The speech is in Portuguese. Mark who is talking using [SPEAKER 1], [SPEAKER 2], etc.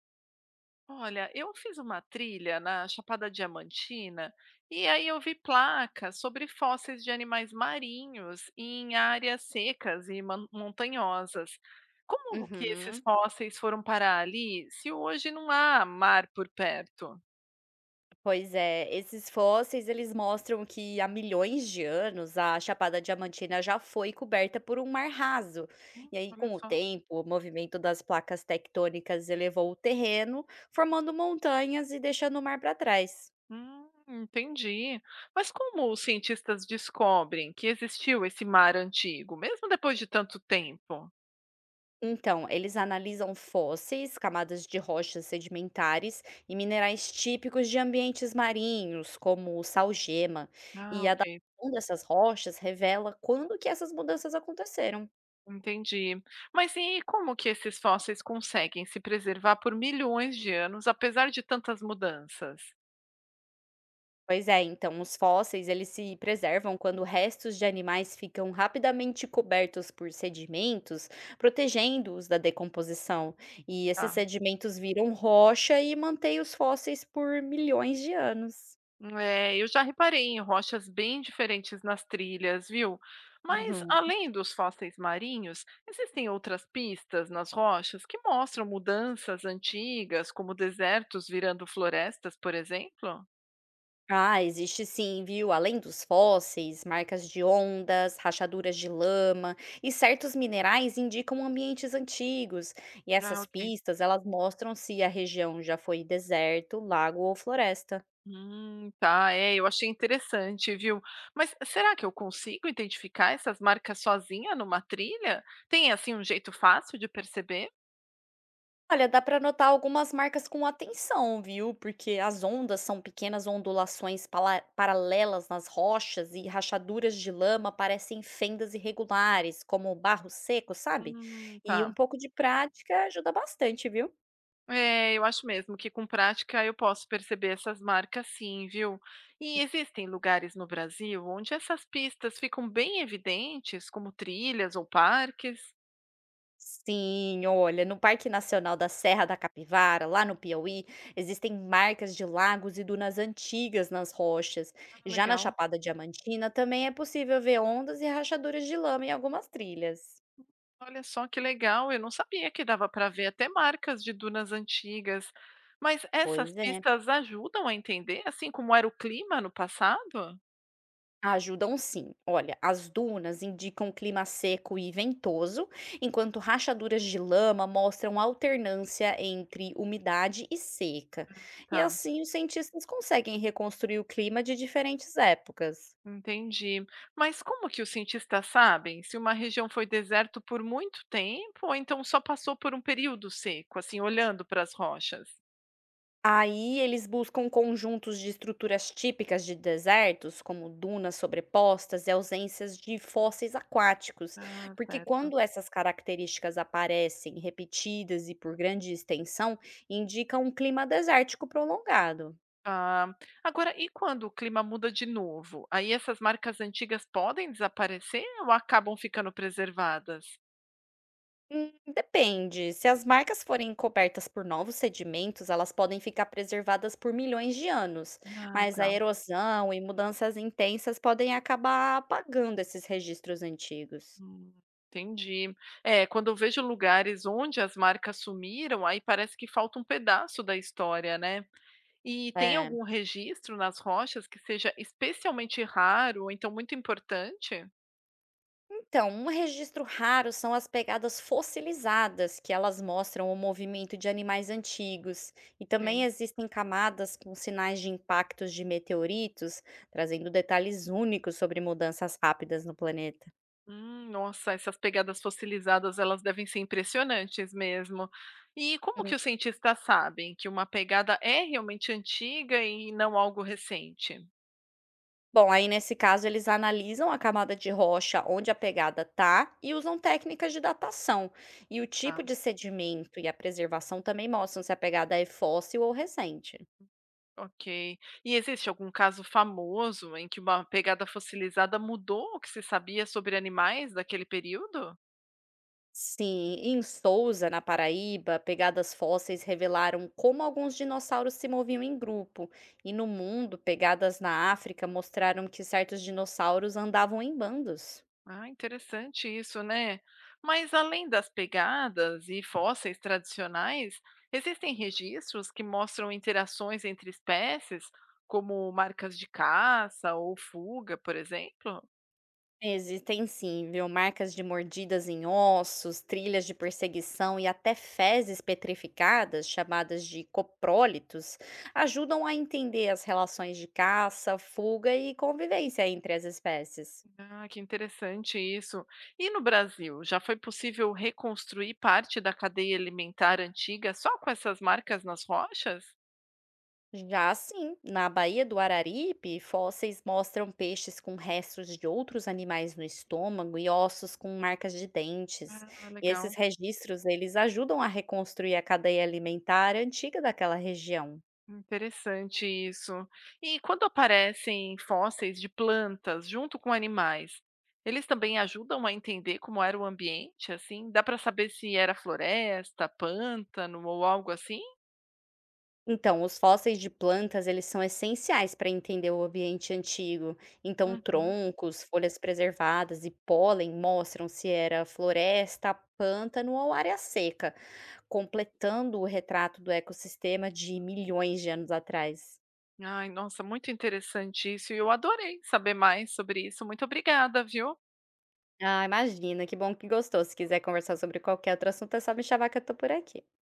[SPEAKER 1] Olha, eu fiz uma trilha na Chapada Diamantina e aí eu vi placas sobre fósseis de animais marinhos em áreas secas e montanhosas. Como que esses
[SPEAKER 2] Uhum.
[SPEAKER 1] fósseis foram parar ali se hoje não há mar por perto?
[SPEAKER 2] Pois é, esses fósseis eles mostram que há milhões de anos a Chapada Diamantina já foi coberta por um mar raso. E aí,
[SPEAKER 1] Olha
[SPEAKER 2] com o
[SPEAKER 1] só.
[SPEAKER 2] tempo, o movimento das placas tectônicas elevou o terreno, formando montanhas e deixando o mar para trás.
[SPEAKER 1] Entendi. Mas como os cientistas descobrem que existiu esse mar antigo, mesmo depois de tanto tempo?
[SPEAKER 2] Então, eles analisam fósseis, camadas de rochas sedimentares e minerais típicos de ambientes marinhos, como o salgema. E
[SPEAKER 1] Ah,
[SPEAKER 2] a
[SPEAKER 1] ok.
[SPEAKER 2] datação dessas rochas revela quando que essas mudanças aconteceram.
[SPEAKER 1] Entendi. Mas e como que esses fósseis conseguem se preservar por milhões de anos, apesar de tantas mudanças?
[SPEAKER 2] Pois é, então os fósseis eles se preservam quando restos de animais ficam rapidamente cobertos por sedimentos, protegendo-os da decomposição. E esses
[SPEAKER 1] Tá.
[SPEAKER 2] sedimentos viram rocha e mantêm os fósseis por milhões de anos.
[SPEAKER 1] É, eu já reparei em rochas bem diferentes nas trilhas, viu? Mas
[SPEAKER 2] Uhum.
[SPEAKER 1] além dos fósseis marinhos, existem outras pistas nas rochas que mostram mudanças antigas, como desertos virando florestas, por exemplo?
[SPEAKER 2] Ah, existe sim, viu? Além dos fósseis, marcas de ondas, rachaduras de lama e certos minerais indicam ambientes antigos. E
[SPEAKER 1] Ah,
[SPEAKER 2] essas
[SPEAKER 1] ok.
[SPEAKER 2] pistas, elas mostram se a região já foi deserto, lago ou floresta.
[SPEAKER 1] Tá, é, eu achei interessante, viu? Mas será que eu consigo identificar essas marcas sozinha numa trilha? Tem assim um jeito fácil de perceber?
[SPEAKER 2] Olha, dá para notar algumas marcas com atenção, viu? Porque as ondas são pequenas ondulações paralelas nas rochas e rachaduras de lama parecem fendas irregulares, como barro seco, sabe? E um
[SPEAKER 1] Tá.
[SPEAKER 2] pouco de prática ajuda bastante, viu?
[SPEAKER 1] É, eu acho mesmo que com prática eu posso perceber essas marcas sim, viu? E existem lugares no Brasil onde essas pistas ficam bem evidentes, como trilhas ou parques?
[SPEAKER 2] Sim, olha, no Parque Nacional da Serra da Capivara, lá no Piauí, existem marcas de lagos e dunas antigas nas rochas.
[SPEAKER 1] Ah,
[SPEAKER 2] Já na
[SPEAKER 1] legal.
[SPEAKER 2] Chapada Diamantina também é possível ver ondas e rachaduras de lama em algumas trilhas.
[SPEAKER 1] Olha só que legal, eu não sabia que dava para ver até marcas de dunas antigas. Mas essas
[SPEAKER 2] Pois é.
[SPEAKER 1] pistas ajudam a entender, assim, como era o clima no passado?
[SPEAKER 2] Ajudam sim. Olha, as dunas indicam clima seco e ventoso, enquanto rachaduras de lama mostram alternância entre umidade e seca. E
[SPEAKER 1] Tá,
[SPEAKER 2] assim os cientistas conseguem reconstruir o clima de diferentes épocas.
[SPEAKER 1] entendi. Mas como que os cientistas sabem se uma região foi deserto por muito tempo ou então só passou por um período seco, assim, olhando para as rochas?
[SPEAKER 2] Aí eles buscam conjuntos de estruturas típicas de desertos, como dunas sobrepostas e ausências de fósseis aquáticos,
[SPEAKER 1] Ah,
[SPEAKER 2] porque
[SPEAKER 1] certo.
[SPEAKER 2] quando essas características aparecem repetidas e por grande extensão, indicam um clima desértico prolongado.
[SPEAKER 1] Ah, agora, e quando o clima muda de novo? Aí essas marcas antigas podem desaparecer ou acabam ficando preservadas?
[SPEAKER 2] Depende. Se as marcas forem cobertas por novos sedimentos, elas podem ficar preservadas por milhões de anos,
[SPEAKER 1] Ah,
[SPEAKER 2] mas a
[SPEAKER 1] tá.
[SPEAKER 2] erosão e mudanças intensas podem acabar apagando esses registros antigos.
[SPEAKER 1] Hum, entendi. É, quando eu vejo lugares onde as marcas sumiram, aí parece que falta um pedaço da história, né? E tem
[SPEAKER 2] É.
[SPEAKER 1] algum registro nas rochas que seja especialmente raro, ou então muito importante?
[SPEAKER 2] Então, um registro raro são as pegadas fossilizadas, que elas mostram o movimento de animais antigos, e também
[SPEAKER 1] Ok.
[SPEAKER 2] existem camadas com sinais de impactos de meteoritos, trazendo detalhes únicos sobre mudanças rápidas no planeta.
[SPEAKER 1] Nossa, essas pegadas fossilizadas, elas devem ser impressionantes mesmo. E como
[SPEAKER 2] Hum.
[SPEAKER 1] que os cientistas sabem que uma pegada é realmente antiga e não algo recente?
[SPEAKER 2] Bom, aí nesse caso eles analisam a camada de rocha onde a pegada está e usam técnicas de datação. E o tipo de sedimento e a preservação também mostram se a pegada é fóssil ou recente.
[SPEAKER 1] Ok. E existe algum caso famoso em que uma pegada fossilizada mudou o que se sabia sobre animais daquele período?
[SPEAKER 2] Sim, em Sousa, na Paraíba, pegadas fósseis revelaram como alguns dinossauros se moviam em grupo, e no mundo, pegadas na África mostraram que certos dinossauros andavam em bandos.
[SPEAKER 1] Ah, interessante isso, né? Mas além das pegadas e fósseis tradicionais, existem registros que mostram interações entre espécies, como marcas de caça ou fuga, por exemplo?
[SPEAKER 2] Existem sim, viu? Marcas de mordidas em ossos, trilhas de perseguição e até fezes petrificadas, chamadas de coprólitos, ajudam a entender as relações de caça, fuga e convivência entre as espécies.
[SPEAKER 1] Ah, que interessante isso. E no Brasil, já foi possível reconstruir parte da cadeia alimentar antiga só com essas marcas nas rochas?
[SPEAKER 2] Já sim, na Baía do Araripe, fósseis mostram peixes com restos de outros animais no estômago e ossos com marcas de dentes.
[SPEAKER 1] Ah,
[SPEAKER 2] E esses
[SPEAKER 1] legal.
[SPEAKER 2] registros, eles ajudam a reconstruir a cadeia alimentar antiga daquela região.
[SPEAKER 1] Interessante isso. E quando aparecem fósseis de plantas junto com animais, eles também ajudam a entender como era o ambiente, assim? Dá para saber se era floresta, pântano ou algo assim?
[SPEAKER 2] Então, os fósseis de plantas, eles são essenciais para entender o ambiente antigo. Então,
[SPEAKER 1] Uhum.
[SPEAKER 2] troncos, folhas preservadas e pólen mostram se era floresta, pântano ou área seca, completando o retrato do ecossistema de milhões de anos atrás.
[SPEAKER 1] Ai, nossa, muito interessante isso. E eu adorei saber mais sobre isso. Muito obrigada, viu?
[SPEAKER 2] Ah, imagina, que bom que gostou. Se quiser conversar sobre qualquer outro assunto, é só me chamar que eu tô por aqui.